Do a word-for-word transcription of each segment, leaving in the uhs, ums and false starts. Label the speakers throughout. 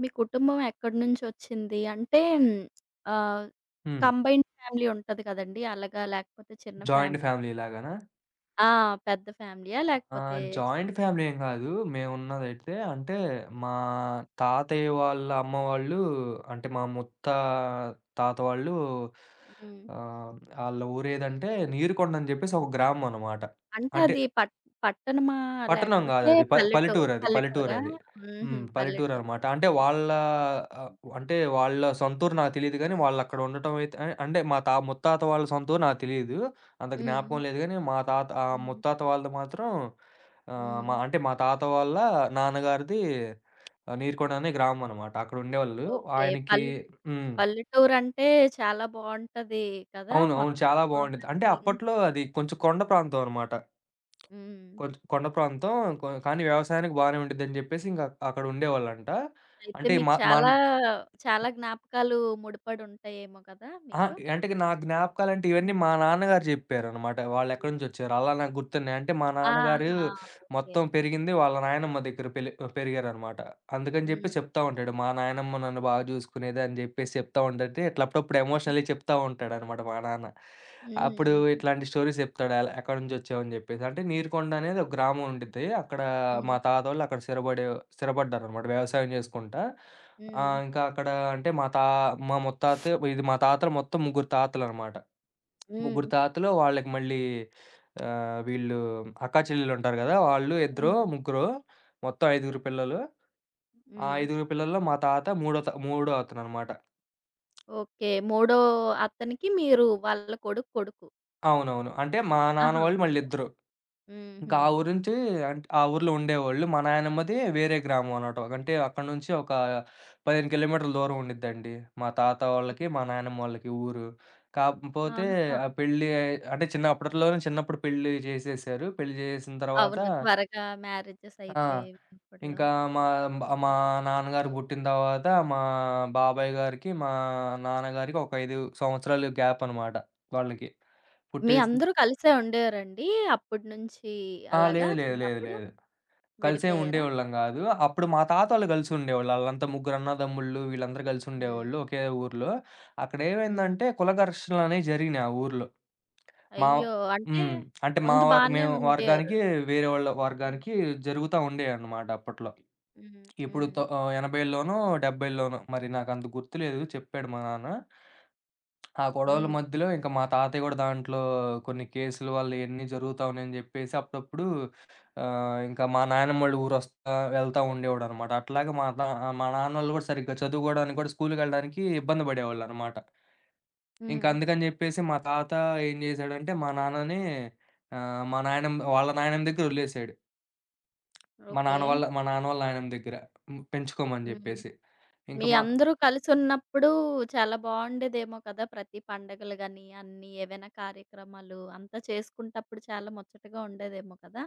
Speaker 1: మీ కుటుంబం ఎక్కడి నుంచొచ్చింది? అంటే ఆహ్,
Speaker 2: హ్మ్.
Speaker 1: కంబైన్డ్ ఫ్యామిలీ ఉంటది కదండీ! అలాగా లేకపోతే చిన్న
Speaker 2: జాయింట్
Speaker 1: ఫ్యామిలీ?
Speaker 2: ఫ్యామిలీ లాగానా?
Speaker 1: ఆ! పెద్ద ఫ్యామిలీయా? లేకపోతే
Speaker 2: ఆహ్, జాయింట్
Speaker 1: చిన్నది?
Speaker 2: ఫ్యామిలీ ఏం గాదు. మేమున్నదైతే అంటే మా తాతయ్య వాళ్ళ అమ్మ వాళ్ళు, అంటే మా ముత్త తాత వాళ్ళు.
Speaker 1: హ్మ్.
Speaker 2: ఆహ్, ఆళ్ళ ఊరేదంటే నీరుకొండ అని జెప్పేసి ఒక గ్రామం అనమాట.
Speaker 1: అంటే
Speaker 2: అంటే
Speaker 1: అది పట్ పట్టణమా?
Speaker 2: పట్టణం
Speaker 1: లేకపోతే
Speaker 2: గాదది. ప
Speaker 1: పల్లెటూ
Speaker 2: పల్లెటూరది.
Speaker 1: పల్లెటూరా?
Speaker 2: పల్లెటూరది.
Speaker 1: హుహు.
Speaker 2: హ్మ్.
Speaker 1: పల్లెటూరు.
Speaker 2: పల్లెటూరనమాట. అంటే
Speaker 1: ఓకే.
Speaker 2: వాళ్ళ ఆహ్, అంటే వాళ్ళ సొంతూరు నాకు తెలీదు గానీ, వాళ్ళక్కడ ఉండటం అయితే, ఆహ్, అంటే మా తా ముత్తాత వాళ్ళ సొంతూరు నాకు తెలీదు. అంత
Speaker 1: హ్మ్.
Speaker 2: జ్ఞాపకం లేదు గానీ, మా తాత ఆహ్,
Speaker 1: హ్మ్.
Speaker 2: ముత్తాత వాళ్ళది మాత్రం, ఆహ్, మా
Speaker 1: హ్మ్.
Speaker 2: అంటే మా తాత వాళ్ళ నాన్నగారిది ఆహ్, నీరుకొండ అనే గ్రామమనమాట. అక్కడ ఉండేవాళ్ళు.
Speaker 1: ఓకే.
Speaker 2: ఆయనకి.
Speaker 1: పల్లె
Speaker 2: హ్మ్.
Speaker 1: పల్లెటూరంటే చాలా బావుంటది కదా!
Speaker 2: అవును, అవును.
Speaker 1: మొత్తం
Speaker 2: చాలా బావుండిద్ది. అంటే
Speaker 1: అవన్నీ.
Speaker 2: అప్పట్లో అది
Speaker 1: హ్మ్.
Speaker 2: కొంచెం కొండ ప్రాంతం అనమాట.
Speaker 1: హ్మ్.
Speaker 2: కొంచ్ కొండ ప్రాంతం. కొ కానీ వ్యవసాయానికి బానే ఉండిద్దని జెప్పేసి, ఇంక అక్కడ ఉండేవాళ్ళంట.
Speaker 1: అయితే
Speaker 2: అంటే
Speaker 1: మీకు
Speaker 2: మా మన్
Speaker 1: చాలా, చాలా జ్ఞాపకాలు ముడిపడి ఉంటాయేమో కదా
Speaker 2: ఆ,
Speaker 1: మీకు?
Speaker 2: అంటే నా జ్ఞాపకాలంటే
Speaker 1: హ్మ్.
Speaker 2: ఇవన్నీ మా నాన్నగారు జెప్పారనమాట. వాళ్ళెక్కడి
Speaker 1: హ్మ్.
Speaker 2: నుంచొచ్చారో, అలా నాకు గుర్తున్నాయి. అంటే మా నాన్నగారు
Speaker 1: ఆహా! ఓకే.
Speaker 2: మొత్తం పెరిగింది వాళ్ళ నాయనమ్మ దగ్గర పెలి పెరిగారనమాట. అందుకని జెప్పి
Speaker 1: హ్మ్.
Speaker 2: చెప్తా ఉంటాడు. మా నాయనమ్మ నన్ను బాగా జూసుకునేది అని జెప్పేసి చెప్తా ఉంటంటే, ఇట్లా అప్పుడప్పుడు
Speaker 1: హ్మ్.
Speaker 2: ఎమోషనల్లీ చెప్తా ఉంటాడనమాట మా నాన్న. అప్పుడు
Speaker 1: హ్మ్.
Speaker 2: ఇట్లాంటి స్టోరీస్ జెప్తాడు, అలా ఎక్కడి నుంచొచ్చావని జెప్పేసి. అంటే నీరుకొండ అనేది ఒక గ్రామం ఉండిద్ది. అక్కడ మా
Speaker 1: హ్మ్.
Speaker 2: తాతోళ్ళు అక్కడ స్థిరబడే స్థిరపడ్డారనమాట, వ్యవసాయం జేసుకుంటా. ఆ,
Speaker 1: హ్మ్.
Speaker 2: ఇంకా అక్కడ అంటే మా తా మా ముత్తాత, ఇది మా తాతలు మొత్తం ముగ్గురు తాతలనమాట.
Speaker 1: హ్మ్.
Speaker 2: ముగ్గురు తాతలు వాళ్ళకి మళ్ళీ, ఆహ్, వీళ్ళు అక్కా చెల్లెలుంటారు గదా, వాళ్ళు ఇద్దరో,
Speaker 1: హ్మ్.
Speaker 2: ముగ్గురో, మొత్తం ఐదుగురు పిల్లలు. ఆ
Speaker 1: హ్మ్.
Speaker 2: ఐదుగురు పిల్లల్లో మా తాత మూడో త మూడో అతననమాట.
Speaker 1: ఓకే. మూడో అతనికి మీరు వాళ్ళ కొడుకు కొడుకు.
Speaker 2: అవునవును. అంటే మా నాన్న
Speaker 1: ఆహా!
Speaker 2: వాళ్ళు మళ్ళిద్దరు. ఇంకా
Speaker 1: హుహు.
Speaker 2: ఆ ఊరు నుంచి, అంటే ఆ ఊర్లో ఉండేవాళ్ళు. మా నాయనమ్మది వేరే గ్రామం అనమాట. అంటే అక్కడి నుంచి ఒక పదిహేను కిలోమీటర్ల దూరం ఉండిద్దండి మా తాత వాళ్ళకి, మా నాయనమ్మ వాళ్ళకి ఊరు. కాకపోతే
Speaker 1: ఆహా!
Speaker 2: ఆ పెళ్లి, అంటే చిన్న అప్పట్లోనే చిన్నప్పుడు పెళ్లి చేసేసారు. పెళ్లి చేసేసిన తర్వాత,
Speaker 1: అవును. త్వరగా మ్యారేజెస్
Speaker 2: ఆ,
Speaker 1: అయిపోయేవి ఇప్పట్లో.
Speaker 2: ఇంకా మా మా నాన్నగారు పుట్టిన తర్వాత మా బాబాయ్ గారికి, మా నాన్నగారికి ఒక ఐదు సంవత్సరాలు గ్యాప్ అనమాట వాళ్ళకి.
Speaker 1: మీ
Speaker 2: పుట్టేసిన.
Speaker 1: అందరూ కలిసే ఉండేవారండి? అప్పటి నుంచి
Speaker 2: ఆ,
Speaker 1: అలాగా
Speaker 2: లేదు, లేదు, లేదు,
Speaker 1: చిన్నప్పుడు
Speaker 2: లేదు. కలిసేం
Speaker 1: విడిపోయారా?
Speaker 2: ఉండేవాళ్ళం గాదు. అప్పుడు మా తాతోళ్ళు కలిసి
Speaker 1: హ్మ్.
Speaker 2: ఉండేవాళ్ళు. ఆళ్ళంతా ముగ్గురు అన్నదమ్ముళ్ళు, వీళ్ళందరూ కలిసి ఉండేవాళ్ళు ఒకే ఊర్లో. అక్కడ
Speaker 1: హ్మ్.
Speaker 2: ఏమైందంటే, కుల ఘర్షణలనేవి జరిగినాయి ఆ ఊర్లో. మా
Speaker 1: అయ్యో! అంటే
Speaker 2: హ్మ్. అంటే మా
Speaker 1: ముందు
Speaker 2: వర్
Speaker 1: బానే
Speaker 2: మేము
Speaker 1: ఉండేవారు.
Speaker 2: వర్గానికి, వేరే వాళ్ళ వర్గానికి జరుగుతా ఉండేయన్నమాట అప్పట్లో.
Speaker 1: హ్మ్.
Speaker 2: ఇప్పుడు
Speaker 1: హ్మ్.
Speaker 2: తొ ఆహ్, 80లోనో, 70లోనో మరి నాకంత గుర్తులేదు, చెప్పాడు మా నాన్న. ఆ గొడవల
Speaker 1: హ్మ్.
Speaker 2: మధ్యలో ఇంక మా తాతయ్య గూడా దాంట్లో కొన్ని కేసుల వల్ల ఇయన్నీ జరుగుతా ఉన్నాయని జెప్పేసి అప్పుడప్పుడు, ఆహ్, ఇంకా మా నాయనమ్మోళ్ళ ఊరొస్తా వెళ్తా ఉండేవాడనమాట. అట్లాగే మా తా మా నాన్నోళ్ళు గూడా సరిగ్గా చదువుకోవడానికి గూడా, స్కూలుకెళ్ళడానికి ఇబ్బంది పడేవాళ్ళనమాట. ఇంక
Speaker 1: హ్మ్.
Speaker 2: అందుకని జెప్పేసి మా తాత ఏం జేశాడంటే, మా నాన్నని ఆహ్, మా నాయనమ్మ వాళ్ళ నాయనమ్మ దగ్గర ఒదిలేసాడు. మా
Speaker 1: ఓకే.
Speaker 2: నాన్న వాళ్ళ మా నాన్న వాళ్ళ నాయనమ్మ దగ్గర, హ్మ్, పెంచుకోమని
Speaker 1: హ్మ్.
Speaker 2: జెప్పేసి. ఇంక
Speaker 1: మీ
Speaker 2: మా.
Speaker 1: అందరూ కలిసున్నప్పుడు చాలా బావుండేదేమో కదా! ప్రతి పండగలు గాని, అన్ని ఏవైనా కార్యక్రమాలు అంతా చేసుకుంటప్పుడు చాలా ముచ్చటగా ఉండేదేమో కదా!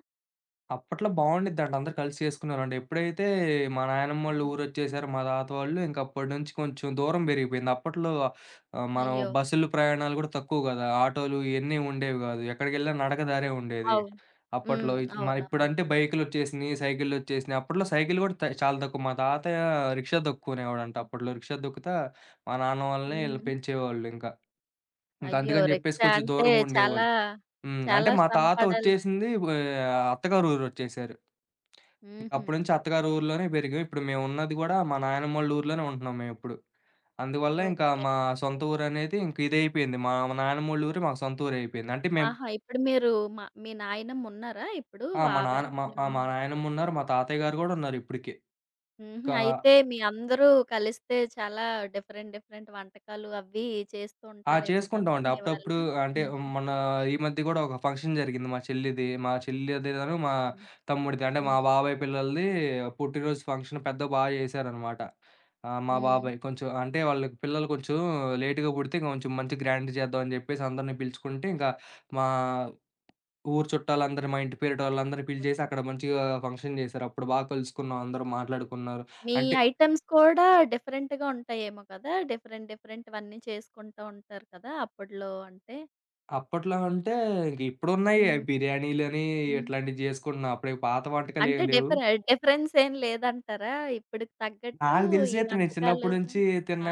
Speaker 2: అప్పట్లో బావుండిద్దంట. అందరూ కలిసి చేసుకునేవాళ్ళండి. ఎప్పుడైతే మా నాయనమ్మోళ్ళు
Speaker 1: హ్మ్.
Speaker 2: ఊరొచ్చేసారో మా తాత వాళ్ళు, ఇంక అప్పటి నుంచి కొంచెం దూరం పెరిగిపోయింది. అప్పట్లో, ఆహ్, మనం
Speaker 1: అయ్యో!
Speaker 2: బస్సులు, ప్రయాణాలు గూడా తక్కువ గదా, ఆటోలు ఇయన్నీ ఉండేవి గాదు. ఎక్కడికెళ్ళినా నడక దారే ఉండేది.
Speaker 1: అవును.
Speaker 2: అప్పట్లో
Speaker 1: హ్మ్.
Speaker 2: ఇచ్ మరి
Speaker 1: అవునవును.
Speaker 2: ఇప్పుడంటే బైకులొచ్చేసినియి, సైకిళ్ళొచ్చేసినియి. అప్పట్లో సైకిల్ గూడా త చాలా తక్కువ. మా తాతయ్య రిక్షా తొక్కుకునేవాడంట అప్పట్లో. రిక్షా తొక్కుతా మా నాన్న వాళ్ళని ఈళ్ళు
Speaker 1: హ్మ్.
Speaker 2: పెంచేవాళ్ళు ఇంక. ఇంక
Speaker 1: అయ్యో!
Speaker 2: అందుకని జెప్పేసి
Speaker 1: రిక్షా
Speaker 2: కొంచెం
Speaker 1: అంటే
Speaker 2: దూరంగుండేవాళ్ళు.
Speaker 1: చాలా,
Speaker 2: హ్మ్. అంటే
Speaker 1: చాలా
Speaker 2: మా
Speaker 1: శ్రమ
Speaker 2: తాత ఒచ్చేసింది
Speaker 1: పడాల్సొచ్చింది.
Speaker 2: వే అత్తగారు ఊరొచ్చేసారు.
Speaker 1: హుహు.
Speaker 2: అప్పటి నుంచి అత్తగారి ఊర్లోనే పెరిగాం. ఇప్పుడు మేమున్నది గూడా మా నాయనమ్మోళ్ళ ఊర్లోనే ఉంటున్నాం మేమిప్పుడు. అందువల్ల ఇంకా
Speaker 1: ఓకే.
Speaker 2: మా సొంత ఊరనేది ఇంక ఇదయిపోయింది. మా నాయనమ్మోళ్ళ ఊరు మాకు సొంత ఊరయిపోయింది. అంటే మేము
Speaker 1: ఆహా! ఇప్పుడు మీరు మా మీ నాయనమ్మున్నారా ఇప్పుడు?
Speaker 2: ఆ, మా నాన్న మా
Speaker 1: ఆవిడతోనే
Speaker 2: ఆ! మా
Speaker 1: ఉంటున్నారు.
Speaker 2: నాయనమ్మున్నారు. మా తాతయ్య గారు గూడా ఉన్నారిప్పటికి.
Speaker 1: హుహు.
Speaker 2: కా
Speaker 1: అయితే మీ అందరూ కలిస్తే చాలా డిఫరెంట్ డిఫరెంట్ వంటకాలు అవి చేస్తూ
Speaker 2: ఆ,
Speaker 1: ఉంటారేమో కదా!
Speaker 2: చేసుకుంటామండి
Speaker 1: మీ
Speaker 2: అప్పుడప్పుడు.
Speaker 1: వాళ్ళు?
Speaker 2: అంటే
Speaker 1: హ్మ్.
Speaker 2: మొన్న ఈ మధ్య గూడా ఒక ఫంక్షన్ జరిగింది మా చెల్లిది. మా చెల్లిదిను, మా
Speaker 1: హ్మ్.
Speaker 2: తమ్ముడిది, అంటే మా
Speaker 1: హ్మ్.
Speaker 2: బాబాయ్ పిల్లలది పుట్టినరోజు ఫంక్షన్ పెద్దగా బా చేశారనమాట. ఆహ్, మా
Speaker 1: హ్మ్.
Speaker 2: బాబాయ్ కొంచెం, అంటే వాళ్ళకి పిల్లలు కొంచెం లేట్‌గా పుడితే, కొంచెం మంచి గ్రాండ్ చేద్దాం అని చెప్పేసి అందరిని పిలుచుకుంటే, ఇంకా మా ఊరు చుట్టాలందరిని, మా ఇంటి పేరిటోళ్ళందరిని పిలిచేసి అక్కడ మంచిగా ఫంక్షన్ చేశారు. అప్పుడు బాగా కలుసుకున్నాం. అందరూ మాట్లాడుకున్నారు.
Speaker 1: మీ
Speaker 2: అంటే
Speaker 1: ఐటెమ్స్ కూడా డిఫరెంట్‌గా ఉంటాయేమో కదా! డిఫరెంట్ డిఫరెంట్‌వన్నీ చేసుకుంటూ ఉంటారు కదా! అప్పట్లో అంటే?
Speaker 2: అప్పట్లో అంటే, ఇంక ఇప్పుడున్నాయి
Speaker 1: హ్మ్.
Speaker 2: బిర్యానీలని
Speaker 1: హ్మ్.
Speaker 2: ఇట్లాంటివి జేసుకుంటున్నాం. అప్పుడు పాత
Speaker 1: అంటే
Speaker 2: వంటకాలేవి లేవు.
Speaker 1: డిఫరె డిఫరెన్స్ ఏం లేదంటారా? ఇప్పటికి తగ్గట్టు
Speaker 2: నాకు
Speaker 1: ఈ
Speaker 2: తెలిసినయితే నేను చిన్నప్పటి
Speaker 1: వంటకాలు?
Speaker 2: నుంచి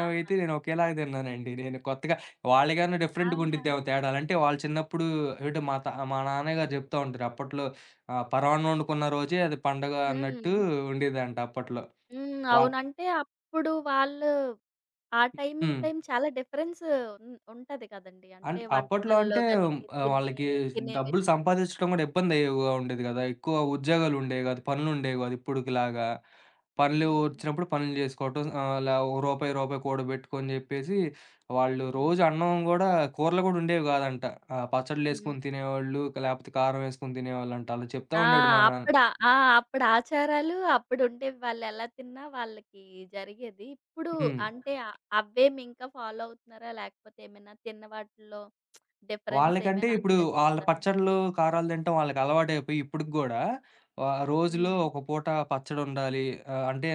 Speaker 1: ఆహా!
Speaker 2: నేను ఒకేలాగా తిన్నానండి. నేను కొత్తగా వాళ్ళకన్నా డిఫరెంట్‌గా ఉండిద్దేమో తేడాలు. అంటే వాళ్ళు చిన్నప్పుడు, అంటే మా త మా నాన్నగారు చెప్తా ఉంటారు. అప్పట్లో ఆహ్, పరమాన్నం వండుకున్న రోజే అది పండగ
Speaker 1: హ్మ్.
Speaker 2: అన్నట్టు ఉండేదంట అప్పట్లో.
Speaker 1: హ్మ్.
Speaker 2: వాళ్.
Speaker 1: అవును. అంటే అప్పుడు వాళ్ళు ఆ టైం, ఈ
Speaker 2: హ్మ్.
Speaker 1: టైం చాలా డిఫరెన్స్ ఉన్ ఉంటది కదండీ. అంటే
Speaker 2: అంటే అప్పట్లో
Speaker 1: వంటకాల్లో
Speaker 2: అంటే,
Speaker 1: గాని,
Speaker 2: ఆహ్,
Speaker 1: తినే
Speaker 2: వాళ్ళకి
Speaker 1: తినే
Speaker 2: డబ్బులు
Speaker 1: విషయంలో గాని.
Speaker 2: సంపాదించడం గూడా ఇబ్బందిగా ఉండేది గదా. ఎక్కువ ఉద్యోగాలుండేవి గాదు, పనులుండేవి గాదు ఇప్పుడుకిలాగా. పనులు
Speaker 1: హ్మ్.
Speaker 2: వచ్చినప్పుడు పనులు జేసుకోవటం, ఆహ్, అలా ఓ రూపాయి, రూపాయి కూడబెట్టుకొని జెప్పేసి, వాళ్ళు
Speaker 1: హ్మ్.
Speaker 2: రోజు అన్నం గూడా, కూరలు గూడా ఉండేవి గాదంట. ఆహ్, పచ్చడ్లేసుకొని
Speaker 1: హ్మ్.
Speaker 2: తినేవాళ్ళు, లేపోతే కారం యేసుకొని తినేవాళ్ళంట. అలా చెప్తా
Speaker 1: ఆ!
Speaker 2: ఉండేవాడు మా నాన్న.
Speaker 1: అప్పుడ ఆ! అప్పుడు ఆచారాలు అప్పుడుండేవి. వాళ్ళెలా తిన్నా వాళ్ళకి జరిగేది. ఇప్పుడు
Speaker 2: హ్మ్.
Speaker 1: అంటే ఆహ్, అవ్వేమింకా ఫాలో అవుతున్నారా? లేకపోతే ఏమైనా తిన్న వాటిల్లో డిఫరెన్స్
Speaker 2: వాళ్ళకంటే
Speaker 1: ఏమైనా
Speaker 2: ఇప్పుడు ఆళ్ళ
Speaker 1: అనిపిస్తుందా?
Speaker 2: పచ్చడ్లు, కారాలు తినటం వాళ్ళకలవాటయిపోయి ఇప్పటికి గూడా, ఆహ్, రోజులో
Speaker 1: హ్మ్.
Speaker 2: ఒక పూట పచ్చడుండాలి. ఆహ్, అంటే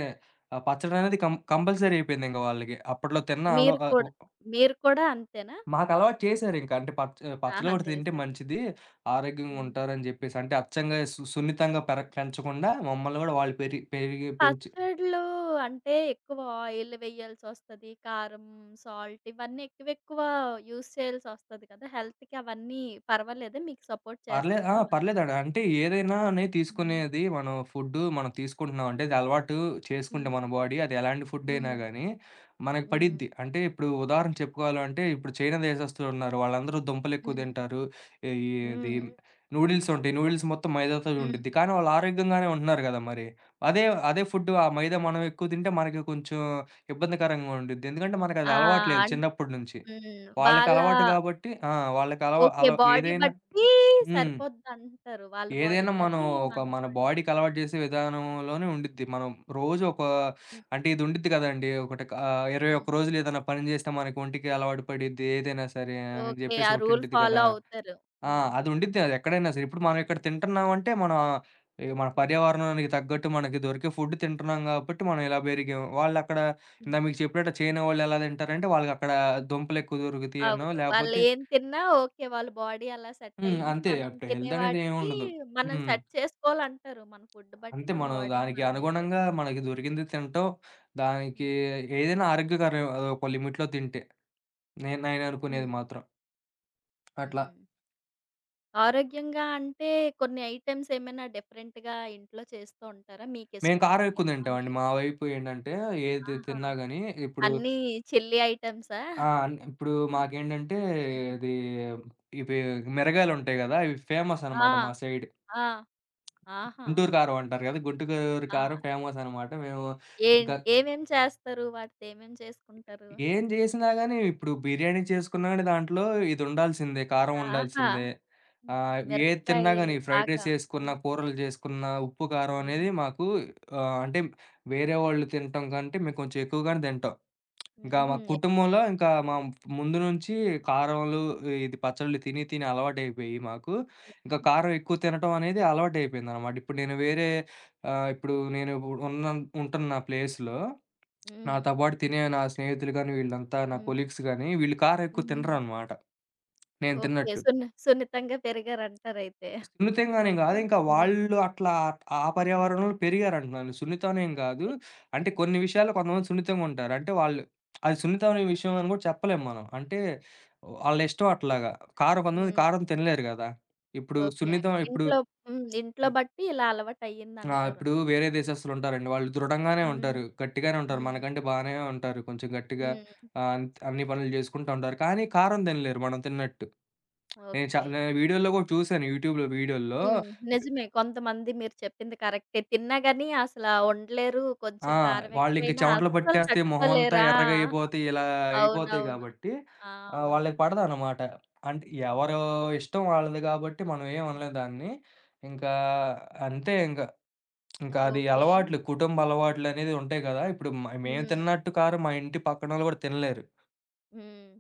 Speaker 2: ఆ పచ్చడనేది కం కంపల్సరీ అయిపోయిందింక వాళ్ళకి. అప్పట్లో తిన్న అలవా
Speaker 1: మీరు
Speaker 2: ఆహ్, ఒ
Speaker 1: కూడా మీరు కూడా అంతేనా?
Speaker 2: మాకలవాటు చేశారింక. అంటే పచ్చ పచ్చళ్ళు
Speaker 1: ఆహా!
Speaker 2: గూడా తింటే
Speaker 1: చేశారు.
Speaker 2: మంచిది,
Speaker 1: హ్మ్.
Speaker 2: ఆరోగ్యంగుంటారని జెప్పేసి. అంటే అచ్చంగా సు సున్నితంగా పెరగ పెంచకుండా మమ్మల్ని గూడా వాళ్ళు పెరి పెరిగి పెంచి.
Speaker 1: పచ్చడ్లు అంటే ఎక్కువ ఆయిల్ వేయాల్సొస్తది. కారం, సాల్ట్ ఇవన్నీ ఎక్కువెక్కువ యూజ్ చేయాల్సొస్తది కదా! హెల్త్‌కి అవన్నీ పర్వాలేదా? మీకు సపోర్ట్
Speaker 2: పర్లేదు. ఆ,
Speaker 1: చేస్తదా అవన్నీ?
Speaker 2: పర్లేదండి. అంటే ఏదైనా అనేది
Speaker 1: హ్మ్.
Speaker 2: తీసుకునేది, మనం ఫుడ్డు మనం తీసుకుంటున్నాం అంటే, అది అలవాటు చేసుకుంటే మన
Speaker 1: హ్మ్.
Speaker 2: బాడీ అది ఎలాంటి ఫుడ్ అయినా
Speaker 1: హ్మ్.
Speaker 2: గానీ, మనకు
Speaker 1: హ్మ్.
Speaker 2: పడిద్ది. అంటే ఇప్పుడు ఉదాహరణ చెప్పుకోవాలంటే, ఇప్పుడు చైనా దేశస్తులు ఉన్నారు. వాళ్ళందరూ దుంపలు ఎక్కువ
Speaker 1: హ్మ్.
Speaker 2: తింటారు. ఈ ఇది
Speaker 1: హ్మ్.
Speaker 2: నూడిల్స్ ఉంటాయి. నూడిల్స్ మొత్తం మైదాతో
Speaker 1: హ్మ్.
Speaker 2: ఉండిద్ది. కానీ వాళ్ళు ఆరోగ్యంగానే ఉంటున్నారు గదా మరి. అదే అదే ఫుడ్డు, ఆ మైదా మనం ఎక్కువ తింటే మనకి కొంచెం ఇబ్బందికరంగా ఉండిద్ది. ఎందుకంటే మనకు అది
Speaker 1: ఆ!
Speaker 2: అలవాటు లేదు
Speaker 1: అన్
Speaker 2: చిన్నప్పటి నుంచి.
Speaker 1: హ్మ్.
Speaker 2: వాళ్ళకి
Speaker 1: వాళ్ళ
Speaker 2: అలవాటు గాబట్టి. ఆ! వాళ్ళకి అలవా
Speaker 1: ఓకే.
Speaker 2: అల
Speaker 1: బాడీ
Speaker 2: ఏదైనా.
Speaker 1: బట్టి
Speaker 2: హ్మ్.
Speaker 1: సరిపోద్దంటారు. వాళ్ళ
Speaker 2: ఏదైనా మనం
Speaker 1: బాడీకది,
Speaker 2: ఒక
Speaker 1: మన
Speaker 2: మన బాడీకి
Speaker 1: బాడీకిది.
Speaker 2: అలవాటు చేసే విధానంలోనే ఉండిద్ది. మనం రోజు ఒక,
Speaker 1: హ్మ్.
Speaker 2: అంటే ఇది ఉండిద్ది కదండీ, ఒకటి, ఆహ్,
Speaker 1: హ్మ్.
Speaker 2: ఇరవై ఒక్క రోజులు ఏదైనా పని చేస్తే మనకి ఒంటికి అలవాటు పడిద్ది ఏదైనా సరే అని
Speaker 1: ఓకే.
Speaker 2: జెప్పేసి
Speaker 1: ఆ
Speaker 2: ఒకటి
Speaker 1: రూల్
Speaker 2: ఉండిద్ది కదా.
Speaker 1: ఫాలో అవుతారు.
Speaker 2: ఆ,
Speaker 1: హ్మ్.
Speaker 2: అది ఉండిద్ది, అది ఎక్కడైనా సరే. ఇప్పుడు మనం ఇక్కడ తింటున్నామంటే మన, ఈ మన
Speaker 1: హ్మ్.
Speaker 2: పర్యావరణానికి తగ్గట్టు మనకి దొరికే ఫుడ్ తింటున్నాం కాబట్టి మనం ఇలా పెరిగాం. వాళ్ళక్కడ
Speaker 1: హ్మ్.
Speaker 2: ఇందాక మీకు చెప్పినట్టు చైనా వాళ్ళు ఎలా తింటారంటే, వాళ్ళకక్కడ దుంపలెక్కువ దొరుకుతాయనో
Speaker 1: అవును.
Speaker 2: లేపోతే.
Speaker 1: వాళ్ళేం తిన్నా ఓకే. వాళ్ళ బాడీ అలా సెట్
Speaker 2: హ్మ్,
Speaker 1: అయింది.
Speaker 2: అంతే.
Speaker 1: మనం
Speaker 2: అక్కడ
Speaker 1: తినే
Speaker 2: హెల్త్ అనేది
Speaker 1: వాటికి
Speaker 2: ఏముండదు.
Speaker 1: మనం
Speaker 2: హ్మ్.
Speaker 1: సెట్ చేసుకోవాలంటారు. మన ఫుడ్ బట్టి
Speaker 2: అంతే,
Speaker 1: మన
Speaker 2: మనం
Speaker 1: బాడీని
Speaker 2: దానికి
Speaker 1: మనమే సెట్
Speaker 2: అనుగుణంగా మనకి
Speaker 1: చేసుకోవాలి.
Speaker 2: దొరికింది తింటం. దానికి
Speaker 1: హ్మ్.
Speaker 2: ఏదైనా ఆరోగ్యకరమే అదొక లిమిట్‌లో తింటే. నేను నేననుకునేది
Speaker 1: హ్మ్.
Speaker 2: మాత్రం అట్లా.
Speaker 1: హ్మ్. ఆరోగ్యంగా అంటే కొన్ని ఐటెమ్స్ ఏమైనా డిఫరెంట్‌గా ఇంట్లో చేస్తూ ఉంటారా?
Speaker 2: మేము కారం
Speaker 1: మీకిష్టమైనవి
Speaker 2: ఎక్కువ
Speaker 1: అలా మీ?
Speaker 2: తింటామండి. మా వైపు ఏంటంటే ఏది
Speaker 1: ఆహా!
Speaker 2: తిన్నా గాని, ఇప్పుడు.
Speaker 1: అన్నీ చిల్లీ ఐటెమ్సా?
Speaker 2: ఆ, ఇప్పుడు మాకేంటంటే,
Speaker 1: హ్మ్.
Speaker 2: ఇది ఇవి మిరగాయలుంటాయి గదా, ఇవి ఫేమస్
Speaker 1: ఆ!
Speaker 2: అనమాట మా సైడ్.
Speaker 1: ఆ! ఆహా!
Speaker 2: గుంటూరు కారం అంటారు గదా, గుంటూరు కారం
Speaker 1: ఆ!
Speaker 2: ఫేమస్ అనమాట. మేము,
Speaker 1: ఏం
Speaker 2: ఇంకా
Speaker 1: ఏమేం చేస్తారు? వాటితో ఏమేం చేసుకుంటారు?
Speaker 2: ఏం జేసినా గాని, ఇప్పుడు బిర్యానీ చేసుకున్నా గాని దాంట్లో ఇది ఉండాల్సిందే. కారం
Speaker 1: ఆహా!
Speaker 2: ఉండాల్సిందే.
Speaker 1: హ్మ్.
Speaker 2: ఆహ్, ఏది తిన్నా
Speaker 1: మిరపకాయలు
Speaker 2: గాని ఫ్రైడ్ రైస్
Speaker 1: బాగా.
Speaker 2: చేసుకున్నా,
Speaker 1: హ్మ్.
Speaker 2: కూరలు చేసుకున్నా, ఉప్పు, కారం అనేది
Speaker 1: హ్మ్.
Speaker 2: మాకు, ఆహ్, అంటే వేరే వాళ్ళు తినటం కంటే మేము కొంచెం ఎక్కువగానే తింటాం. ఇంకా మా
Speaker 1: హుహు.
Speaker 2: కుటుంబంలో ఇంకా మా ముందు నుంచి కారంలు, ఇది పచ్చళ్ళు తిని, తిని అలవాటయిపోయి మాకు, ఇంకా
Speaker 1: హ్మ్.
Speaker 2: కారం ఎక్కువ తినటం అనేది అలవాటయిపోయిందనమాట. ఇప్పుడు నేను వేరే, ఆహ్, ఇప్పుడు నేను ఇప్పుడు ఉన్న, ఉంటున్న ప్లేస్‌లో
Speaker 1: హ్మ్.
Speaker 2: నాతో పాటు తినే నా స్నేహితులు గాని, వీళ్ళంతా నా
Speaker 1: హ్మ్.
Speaker 2: కొలీగ్స్ గాని, వీళ్ళు కారం ఎక్కువ
Speaker 1: హ్మ్.
Speaker 2: తినరనమాట నేను
Speaker 1: ఓకే.
Speaker 2: తిన్నట్టు.
Speaker 1: సున్ని సున్నితంగా పెరిగారంటారయితే.
Speaker 2: సున్నితంగానేం గాదు. ఇంకా
Speaker 1: హ్మ్.
Speaker 2: వాళ్ళు అట్లా ఆ
Speaker 1: హ్మ్.
Speaker 2: పర్యావరణంలో పెరిగారంటున్నాను. సున్నితమనేం గాదు.
Speaker 1: ఓకే.
Speaker 2: అంటే కొన్ని విషయాల్లో కొంతమంది సున్నితంగుంటారు. అంటే వాళ్ళు, అది సున్నితమైన విషయం అని గూడా చెప్పలేం మనం. అంటే వాళ్ళ ఇష్టం అట్లాగా. కారం, కొంతమంది
Speaker 1: హ్మ్.
Speaker 2: కారం తినలేరు గదా. ఇప్పుడు
Speaker 1: ఓకే.
Speaker 2: సున్నితం ఇప్పుడు.
Speaker 1: ఇంట్లో హ్మ్. ఇంట్లో
Speaker 2: హ్మ్.
Speaker 1: బట్టి ఇలా
Speaker 2: ఆ,
Speaker 1: అలవాటయ్యిందంటారు.
Speaker 2: ఇప్పుడు వేరే దేశస్తులుంటారండి. వాళ్ళు దృఢంగానే
Speaker 1: హ్మ్.
Speaker 2: ఉంటారు, గట్టిగానే ఉంటారు.
Speaker 1: హ్మ్.
Speaker 2: మనకంటే బానే ఉంటారు కొంచెం గట్టిగా.
Speaker 1: హ్మ్.
Speaker 2: ఆహ్, అన్ అన్ని పనులు జేసుకుంటా ఉంటారు. కానీ కారం తినలేరు మనం తిన్నట్టు. నేను చ
Speaker 1: ఓకే.
Speaker 2: నేను వీడియోల్లో గూడా చూసాను యూట్యూబ్‌లో వీడియోల్లో.
Speaker 1: హ్మ్. నిజమే. కొంతమంది మీరు చెప్పింది కరెక్టే. తిన్నా గాని అసలా ఉండలేరు.
Speaker 2: ఆ,
Speaker 1: కొంచెం కారం
Speaker 2: వాళ్ళింక
Speaker 1: ఎక్కువైనా
Speaker 2: చెమటలు
Speaker 1: అస్సలు
Speaker 2: పట్టేస్తాయి, మొహమంతా
Speaker 1: తట్టుకోలేరు. ఆ!
Speaker 2: ఎర్రగా అయిపోతే, ఇలా అయిపోతాయి
Speaker 1: అవునవును.
Speaker 2: గాబట్టి,
Speaker 1: ఆ!
Speaker 2: ఆహ్,
Speaker 1: అవును.
Speaker 2: వాళ్ళకి పడదనమాట. అంటే
Speaker 1: అవును.
Speaker 2: ఎవరు ఇష్టం వాళ్ళది గాబట్టి, మనం ఏం
Speaker 1: హ్మ్.
Speaker 2: అనలేం దాన్ని. ఇంకా అంతే ఇంక. ఇంకా అది
Speaker 1: ఓకే.
Speaker 2: అలవాట్లు, కుటుంబ అలవాట్లనేది ఉంటాయి గదా. ఇప్పుడు మ మేము
Speaker 1: హ్మ్.
Speaker 2: తిన్నట్టు కారం మా ఇంటి పక్కనోళ్ళు గూడా తినలేరు.
Speaker 1: హ్మ్.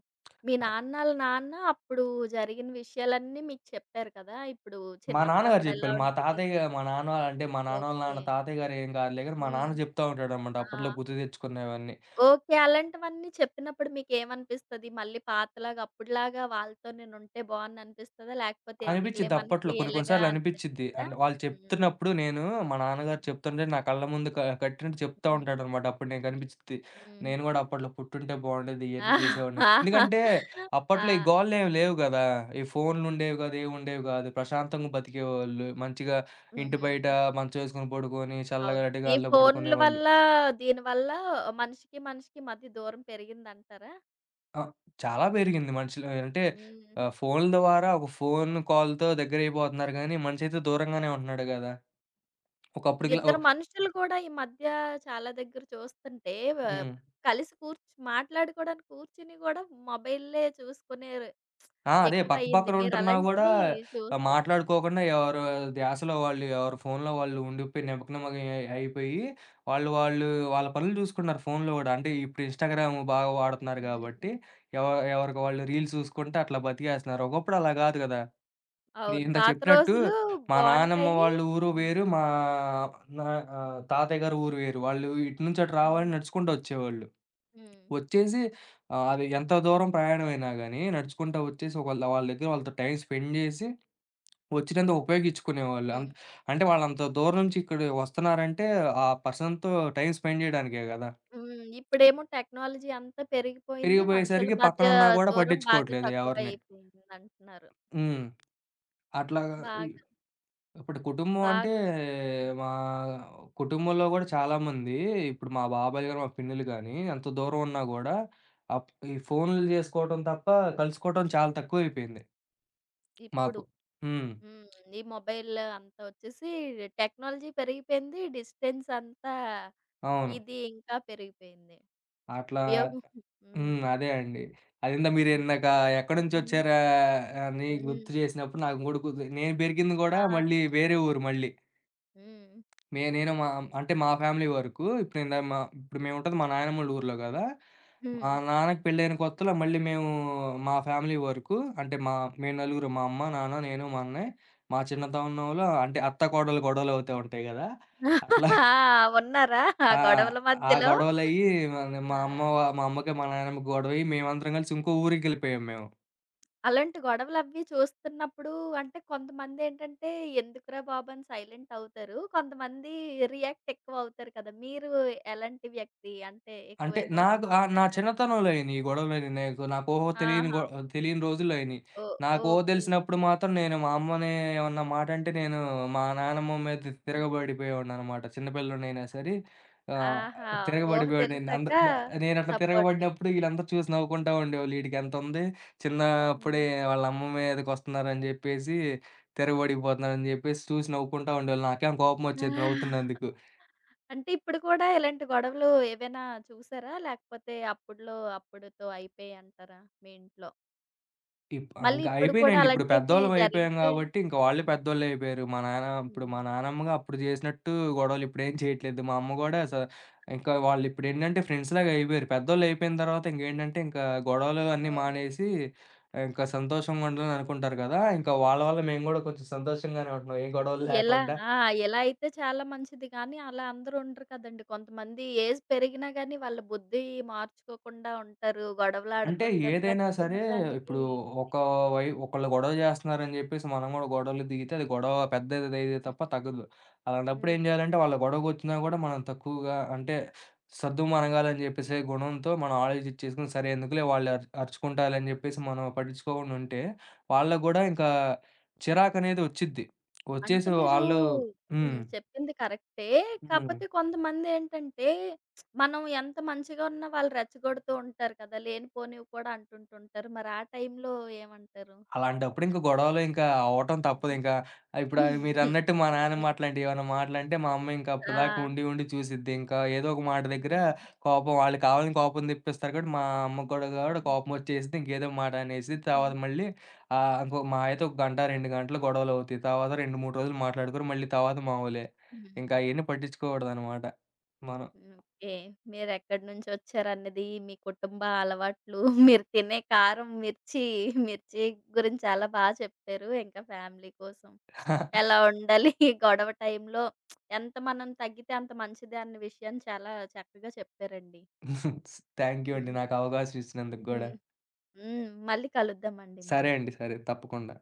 Speaker 1: మీ
Speaker 2: అ
Speaker 1: నాన్నాళ్ళ నాన్న అప్పుడు జరిగిన విషయాలన్నీ మీకు చెప్పారు కదా! ఇప్పుడు
Speaker 2: మా నాన్నగారు
Speaker 1: చిన్నప్పుడప్పుడు ఎలా
Speaker 2: జెప్పాళ్ళు. మా
Speaker 1: ఉండేది?
Speaker 2: తాతయ్య, మా నాన్న అంటే మా నాన్నోళ్ళ
Speaker 1: ఓకే.
Speaker 2: నాన్న తాతయ్య గారు ఏం కాదులే గాని, మా
Speaker 1: హ్మ్.
Speaker 2: నాన్న జెప్తా ఉంటాడనమాట
Speaker 1: ఆ!
Speaker 2: అప్పట్లో గుర్తు తెచ్చుకునేవన్నీ.
Speaker 1: ఓకే. అలాంటివన్నీ చెప్పినప్పుడు మీకేమనిపిస్తది? మళ్ళీ పాతలాగా అప్పుడులాగా వాళ్ళతో నేనుంటే బావుండు అనిపిస్తదా? లేకపోతే ఎందుకులే
Speaker 2: అనిపిచ్చిద్ది
Speaker 1: మనకి
Speaker 2: అప్పట్లో. కొన్ని కొన్ని
Speaker 1: ఇలాగా
Speaker 2: సార్లు అనిపిచ్చిద్ది.
Speaker 1: అనిపిస్తదా?
Speaker 2: అంటే వాళ్ళు చెప్తున్నప్పుడు నేను, మా నాన్నగారు
Speaker 1: హ్మ్.
Speaker 2: చెప్తుంటే నా కళ్ళ ముందు క కట్టినట్టు చెప్తా
Speaker 1: హ్మ్.
Speaker 2: ఉంటాడనమాట. అప్పుడు నేను కనిపిచ్చిద్ది.
Speaker 1: హ్మ్.
Speaker 2: నేను గూడా అప్పట్లో పుట్టుంటే బావుండేది, ఇయన్నీ చూసేవాడిని.
Speaker 1: ఆ!
Speaker 2: ఎందుకంటే అప్పట్లో ఈ
Speaker 1: ఆ!
Speaker 2: గోలలేమి లేవు గదా. ఈ ఫోన్లుండేవి గాదు, ఏవుండేవి గాదు. ప్రశాంతంగా బతికేవాళ్ళు. మంచిగా ఇంటి బయట
Speaker 1: హ్మ్.
Speaker 2: మంచమేసుకొని పడుకొని, చల్లగా
Speaker 1: అవును. ఈ
Speaker 2: అరటిగాలిలో
Speaker 1: ఫోన్‌ల
Speaker 2: పడుకునేవాళ్ళు.
Speaker 1: వల్ల, దీని వల్ల మనిషికి, మనిషికి మధ్య దూరం పెరిగిందంటారా?
Speaker 2: ఆ, చాలా పెరిగింది మనుషులు. అంటే
Speaker 1: హ్మ్.
Speaker 2: ఆహ్, ఫోన్ల ద్వారా ఒక ఫోన్ కాల్‌తో దగ్గరైపోతున్నారు గానీ, మనిషైతే దూరంగానే ఉంటున్నాడు గదా. ఒకప్పుడుకిలా.
Speaker 1: ఇద్దరు మనుషులు కూడా ఈ మధ్య చాలా దగ్గర చూస్తుంటే వ
Speaker 2: హ్మ్.
Speaker 1: కలిసి కూర్చ్ మాట్లాడుకోవడానికి కూర్చుని కూడా మొబైల్లే చూసుకునే
Speaker 2: ఆ, అదే, పక్క
Speaker 1: ఎక్కువయింది.
Speaker 2: పక్కన ఉంటున్నా గూడా
Speaker 1: మీరలాంటివి
Speaker 2: ఆహ్,
Speaker 1: చూసారు. హ్మ్.
Speaker 2: మాట్లాడుకోకుండా, ఎవరు ధ్యాసలో వాళ్ళు, ఎవరి ఫోన్‌లో వాళ్ళు ఉండిపోయి నిమగ్నమై అయిపోయి, వాళ్ళు వాళ్ళు వాళ్ళ పనులు జూసుకుంటున్నారు ఫోన్‌లో గూడా. అంటే ఇప్పుడు ఇన్‌స్టాగ్రామ్ బాగా వాడుతున్నారు
Speaker 1: హ్మ్.
Speaker 2: గాబట్టి, ఎవ ఎవరికి వాళ్ళు రీల్స్ జూసుకుంటా అట్లా బతికేస్తున్నారు. ఒకప్పుడు అలా గాదు గదా. నేను
Speaker 1: అవును.
Speaker 2: ఇందాక
Speaker 1: పాత
Speaker 2: చెప్పినట్టు
Speaker 1: రోజులు
Speaker 2: మా నానమ్మ
Speaker 1: బావుంటాయి.
Speaker 2: వాళ్ళ ఊరు వేరు, మా నా
Speaker 1: హ్మ్.
Speaker 2: ఆహ్, తాతయ్య గారి ఊరు వేరు. వాళ్ళు ఇటు నుంచి అటు రావాలంటే
Speaker 1: హ్మ్.
Speaker 2: నడుచుకుంటూ వచ్చేవాళ్ళు.
Speaker 1: హ్మ్.
Speaker 2: వచ్చేసి, ఆహ్, అది ఎంత దూరం ప్రయాణమైనా గాని నడుచుకుంటా వచ్చేసి, ఒకళ్ళ వాళ్ళ దగ్గర వాళ్ళతో టైమ్ స్పెండ్ జేసి, వచ్చినందుకు ఉపయోగించుకునేవాళ్ళు. అన్
Speaker 1: హ్మ్.
Speaker 2: అంటే వాళ్ళంత దూరం నుంచి ఇక్కడ వస్తున్నారంటే ఆ పర్సన్‌తో టైమ్ స్పెండ్ జేయడానికే గదా.
Speaker 1: హ్మ్. ఇప్పుడేమో టెక్నాలజీ అంతా పెరిగిపోయింది. మనుషుల
Speaker 2: తిరిగిపోయేసరికి
Speaker 1: మధ్య
Speaker 2: పక్కనున్నా గూడా
Speaker 1: దూరం బాగా
Speaker 2: పట్టించుకోవట్లేదు ఎవరిని.
Speaker 1: తక్కువైపోయిందంటున్నారు.
Speaker 2: హ్మ్. అట్లాగా. ఇ
Speaker 1: బాగా,
Speaker 2: ఇప్పుడు కుటుంబం అంటే
Speaker 1: బాగా
Speaker 2: మా కుటుంబంలో గూడా చాలామంది, ఇప్పుడు మా బాబాయ్ గారు, మా పిన్నులు గాని, ఎంత దూరం ఉన్నా గూడా అప్ ఈ ఫోన్‌లు జేసుకోవడం తప్ప కలుసుకోవడం చాలా తక్కువైపోయింది మాకు.
Speaker 1: ఇప్పుడు.
Speaker 2: హ్మ్.
Speaker 1: హ్మ్. ఈ మొబైల్ అంతా వచ్చేసి టెక్నాలజీ పెరిగిపోయింది. డిస్టెన్స్ అంతా
Speaker 2: అవును.
Speaker 1: ఇది ఇంకా పెరిగిపోయింది.
Speaker 2: అట్లా.
Speaker 1: ఉపయోగం
Speaker 2: హ్మ్.
Speaker 1: హ్మ్.
Speaker 2: అదే అండి. అదేందో
Speaker 1: హ్మ్.
Speaker 2: మీరిందాక ఎక్కడి
Speaker 1: హ్మ్.
Speaker 2: నుంచొచ్చారా అని గుర్తు
Speaker 1: హ్మ్.
Speaker 2: చేసినప్పుడు, నాకు కూడా గుర్తు నేను పెరిగింది గూడా
Speaker 1: ఆ!
Speaker 2: మళ్ళీ వేరే ఊరు మళ్ళీ.
Speaker 1: హ్మ్.
Speaker 2: నే నేను మా, అంటే మా ఫ్యామిలీ వరకు. ఇప్పుడు ఇందా మా ఇప్పుడు మేముంటది మా నాయనమ్మోళ్ళ ఊర్లో గదా. మా
Speaker 1: హ్మ్.
Speaker 2: నాన్నకి పెళ్ళైన కొత్తలో మళ్ళీ మేము, మా ఫ్యామిలీ వరకు, అంటే మా మేము నలుగురం, మా అమ్మ, నాన్న, నేను, మా అన్నయ్య. మా చిన్నతనంలో అంటే అత్త, కోడలు గొడవలవుతా ఉంటాయి గదా,
Speaker 1: ఆ!
Speaker 2: అట్లా.
Speaker 1: ఉన్నారా ఆ
Speaker 2: ఆ,
Speaker 1: గొడవల
Speaker 2: ఆ
Speaker 1: మధ్యలో?
Speaker 2: గొడవలయ్యి, మన
Speaker 1: ఆ!
Speaker 2: మా అమ్మ వ మా అమ్మకి, మా నాయనమ్మకి గొడవయ్యి, మేమందరం కలిసి ఇంకో ఊరికెళ్ళిపోయాం మేము.
Speaker 1: అలాంటి గొడవలవి చూస్తున్నప్పుడు అంటే కొంతమందేంటంటే, "ఎందుకురా బాబు!" అని సైలెంట్ అవుతారు. కొంతమంది రియాక్ట్ ఎక్కువ అవుతారు కదా! మీరు ఎలాంటి వ్యక్తి? అంటే ఎక్కువ
Speaker 2: అంటే నాకు
Speaker 1: ఎమోషన్
Speaker 2: ఆహ్, నా
Speaker 1: అవుతారా ఏంటి?
Speaker 2: చిన్నతనంలో అయినియి గొడవలన్నీ నాకు. నాకు ఊహ తెలియని
Speaker 1: ఆహా!
Speaker 2: గొ తెలియని రోజుల్లో అయినియి.
Speaker 1: ఓ
Speaker 2: నాకు ఊహ
Speaker 1: ఓకే.
Speaker 2: తెలిసినప్పుడు మాత్రం నేను మా అమ్మని ఏమన్నా మాట అంటే, నేను మా నానమ్మ మీద
Speaker 1: హ్మ్.
Speaker 2: తిరగబడిపోయేవాడిననమాట. చిన్న పిల్లోడినైనా సరే ఆహ్,
Speaker 1: ఆహా! ఊహ
Speaker 2: తిరగబడిపోయేవాడిని. అంద
Speaker 1: తెలిసాక
Speaker 2: ద నేనట్లా
Speaker 1: సపోర్ట్.
Speaker 2: తిరగబడినప్పుడు వీళ్ళందరూ చూసి నవ్వుకుంటా ఉండేవాళ్ళు. "వీడికెంతుంది,
Speaker 1: హ్మ్.
Speaker 2: చిన్నప్పుడే వాళ్ళ అమ్మ మీదకొస్తున్నారని చెప్పేసి తిరగబడిపోతున్నారని" చెప్పేసి చూసి నవ్వుకుంటా ఉండేవాళ్ళు. నాకేమో కోపమొచ్చేది నవ్వుతున్నందుకు.
Speaker 1: అంటే ఇప్పుడు కూడా ఇలాంటి గొడవలు ఏవైనా చూసారా? లేకపోతే అప్పుడులో అప్పుడుతో అయిపోయాయి అంటారా మీ ఇంట్లో?
Speaker 2: ఇప్ ఆ,
Speaker 1: మళ్ళీ
Speaker 2: ఇంక
Speaker 1: ఇప్పుడు కూడా
Speaker 2: అయిపోయినాయండి. ఇప్పుడు
Speaker 1: అలాంటివి
Speaker 2: పెద్దోళ్ళం అయిపోయాం
Speaker 1: జరిగితే?
Speaker 2: గాబట్టి, ఇంక వాళ్ళు
Speaker 1: హ్మ్.
Speaker 2: పెద్దోళ్ళే అయిపోయారు. మా నాన్న ఇప్పుడు మా
Speaker 1: హ్మ్.
Speaker 2: నానమ్మగా అప్పుడు జేసినట్టు గొడవలు ఇప్పుడేం చేయట్లేదు. మా అమ్మ గూడా స ఇంకా వాళ్ళిప్పుడేంటంటే ఫ్రెండ్స్‌లాగా అయిపోయారు. పెద్దోళ్ళు అయిపోయిన తర్వాత ఇంకేంటంటే, ఇంకా గొడవలు అన్నీ
Speaker 1: ఓహ్!
Speaker 2: మానేసి ఇంకా సంతోషంగా ఉండాలని అనుకుంటారు గదా. ఇంకా వాళ్ళ వల్ల
Speaker 1: హ్మ్.
Speaker 2: మేము గూడా కొంచెం సంతోషంగానే ఉంటున్నాం, ఏ గొడవలు
Speaker 1: ఎలా
Speaker 2: లేకుండా.
Speaker 1: ఆ! ఎలా అయితే చాలా మంచిది కానీ, అలా అందరూ ఉండరు కదండీ. కొంతమంది ఏజ్ పెరిగినా గానీ, వాళ్ళ బుద్ధి మార్చుకోకుండా ఉంటారు.
Speaker 2: అంటే
Speaker 1: గొడవలాడుతుంటారు
Speaker 2: ఏదైనా
Speaker 1: ప్రతి
Speaker 2: సరే, ఇప్పుడు
Speaker 1: చిన్నదానికి.
Speaker 2: ఒక, వై ఒకళ్ళు గొడవ జేస్తన్నారని జెప్పేసి మనం గూడా గొడవలో దిగితే, అది గొడవ పెద్దదయ్యేదే తప్ప
Speaker 1: హ్మ్.
Speaker 2: తగ్గదు. అలాంటప్పుడు ఏం
Speaker 1: హ్మ్.
Speaker 2: జేయాలంటే, వాళ్ళ గొడవకొచ్చినా గూడా మనం తక్కువగా, అంటే సద్దుమణగాలని జెప్పేసే గుణంతో మనం ఆలోచిచ్చేసుకొని, సరే ఎందుకులే వాళ్ళు అరు అరుచుకుంటారులే అని జెప్పేసి మనం పట్టించుకోకుండా ఉంటే, వాళ్ళకి గూడా ఇంకా చిరాకనేది ఒచ్చిద్ది. ఒచ్చేసి
Speaker 1: అంటే మీరు
Speaker 2: వాళ్ళు.
Speaker 1: హ్మ్.
Speaker 2: హ్మ్.
Speaker 1: చెప్పింది కరెక్టే.
Speaker 2: హ్మ్.
Speaker 1: కాపోతే కొంతమందేంటంటే, మనం ఎంత మంచిగా ఉన్నా వాళ్ళు రెచ్చగొడుతూ ఉంటారు కదా! లేనిపోనివి కూడా అంటుంటుంటారు. మరి ఆ టైంలో ఏమంటారు?
Speaker 2: అలాంటప్పుడు ఇంక గొడవలు ఇంకా అవ్వటం
Speaker 1: హ్మ్.
Speaker 2: తప్పదింక. ఆహ్, ఇప్పుడు ఆహ్,
Speaker 1: హ్మ్.
Speaker 2: మీరన్నట్టు మా నాయనమ్మ అట్లాంటియేమన్నా మాటలంటే, మా అమ్మ ఇంక అప్పటిదాకా
Speaker 1: ఆ!
Speaker 2: ఉండి, ఉండి చూసిద్ది. ఇంకా ఏదో ఒక మాట దగ్గర కోపం, వాళ్ళు కావాలని కోపం తెప్పిస్తారు కాబట్టి, మా అమ్మ కూడా కూడా కోపం
Speaker 1: హ్మ్.
Speaker 2: వచ్చేసిద్ది. ఇంకేదో మాట అనేసిద్ది.
Speaker 1: హుహు.
Speaker 2: తర్వాత మళ్ళీ, ఆహ్, ఇంకో మహా అయితే ఒక గంట, రెండు గంటలు గొడవలవుతాయి. తర్వాత రెండు, మూడు రోజులు మాట్లాడుకోరు. మళ్ళీ తర్వాత మామూలే. ఇంకా
Speaker 1: హ్మ్.
Speaker 2: అయన్నీ పట్టించుకోకూడదనమాట మనం.
Speaker 1: ఓకే. మీరెక్కడి నుంచొచ్చారన్నది, మీ కుటుంబ అలవాట్లు, మీరు తినే కారం, మిర్చి, మిర్చి గురించి చాలా బా చెప్పారు. ఇంకా ఫ్యామిలీ కోసం ఎలా ఉండాలి, గొడవ టైంలో ఎంత మనం తగ్గితే అంత మంచిది అన్న విషయాన్ని చాలా చక్కగా చెప్పారండి.
Speaker 2: థాంక్ యూ అండి,
Speaker 1: హ్మ్.
Speaker 2: నాకు అవకాశం ఇచ్చినందుకు గూడా.
Speaker 1: హ్మ్. హ్మ్. మళ్ళీ కలుద్దామండి
Speaker 2: సరే
Speaker 1: మనం.
Speaker 2: అండి. సరే. తప్పకుండా.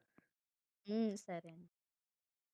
Speaker 1: హ్మ్. సరే అండి.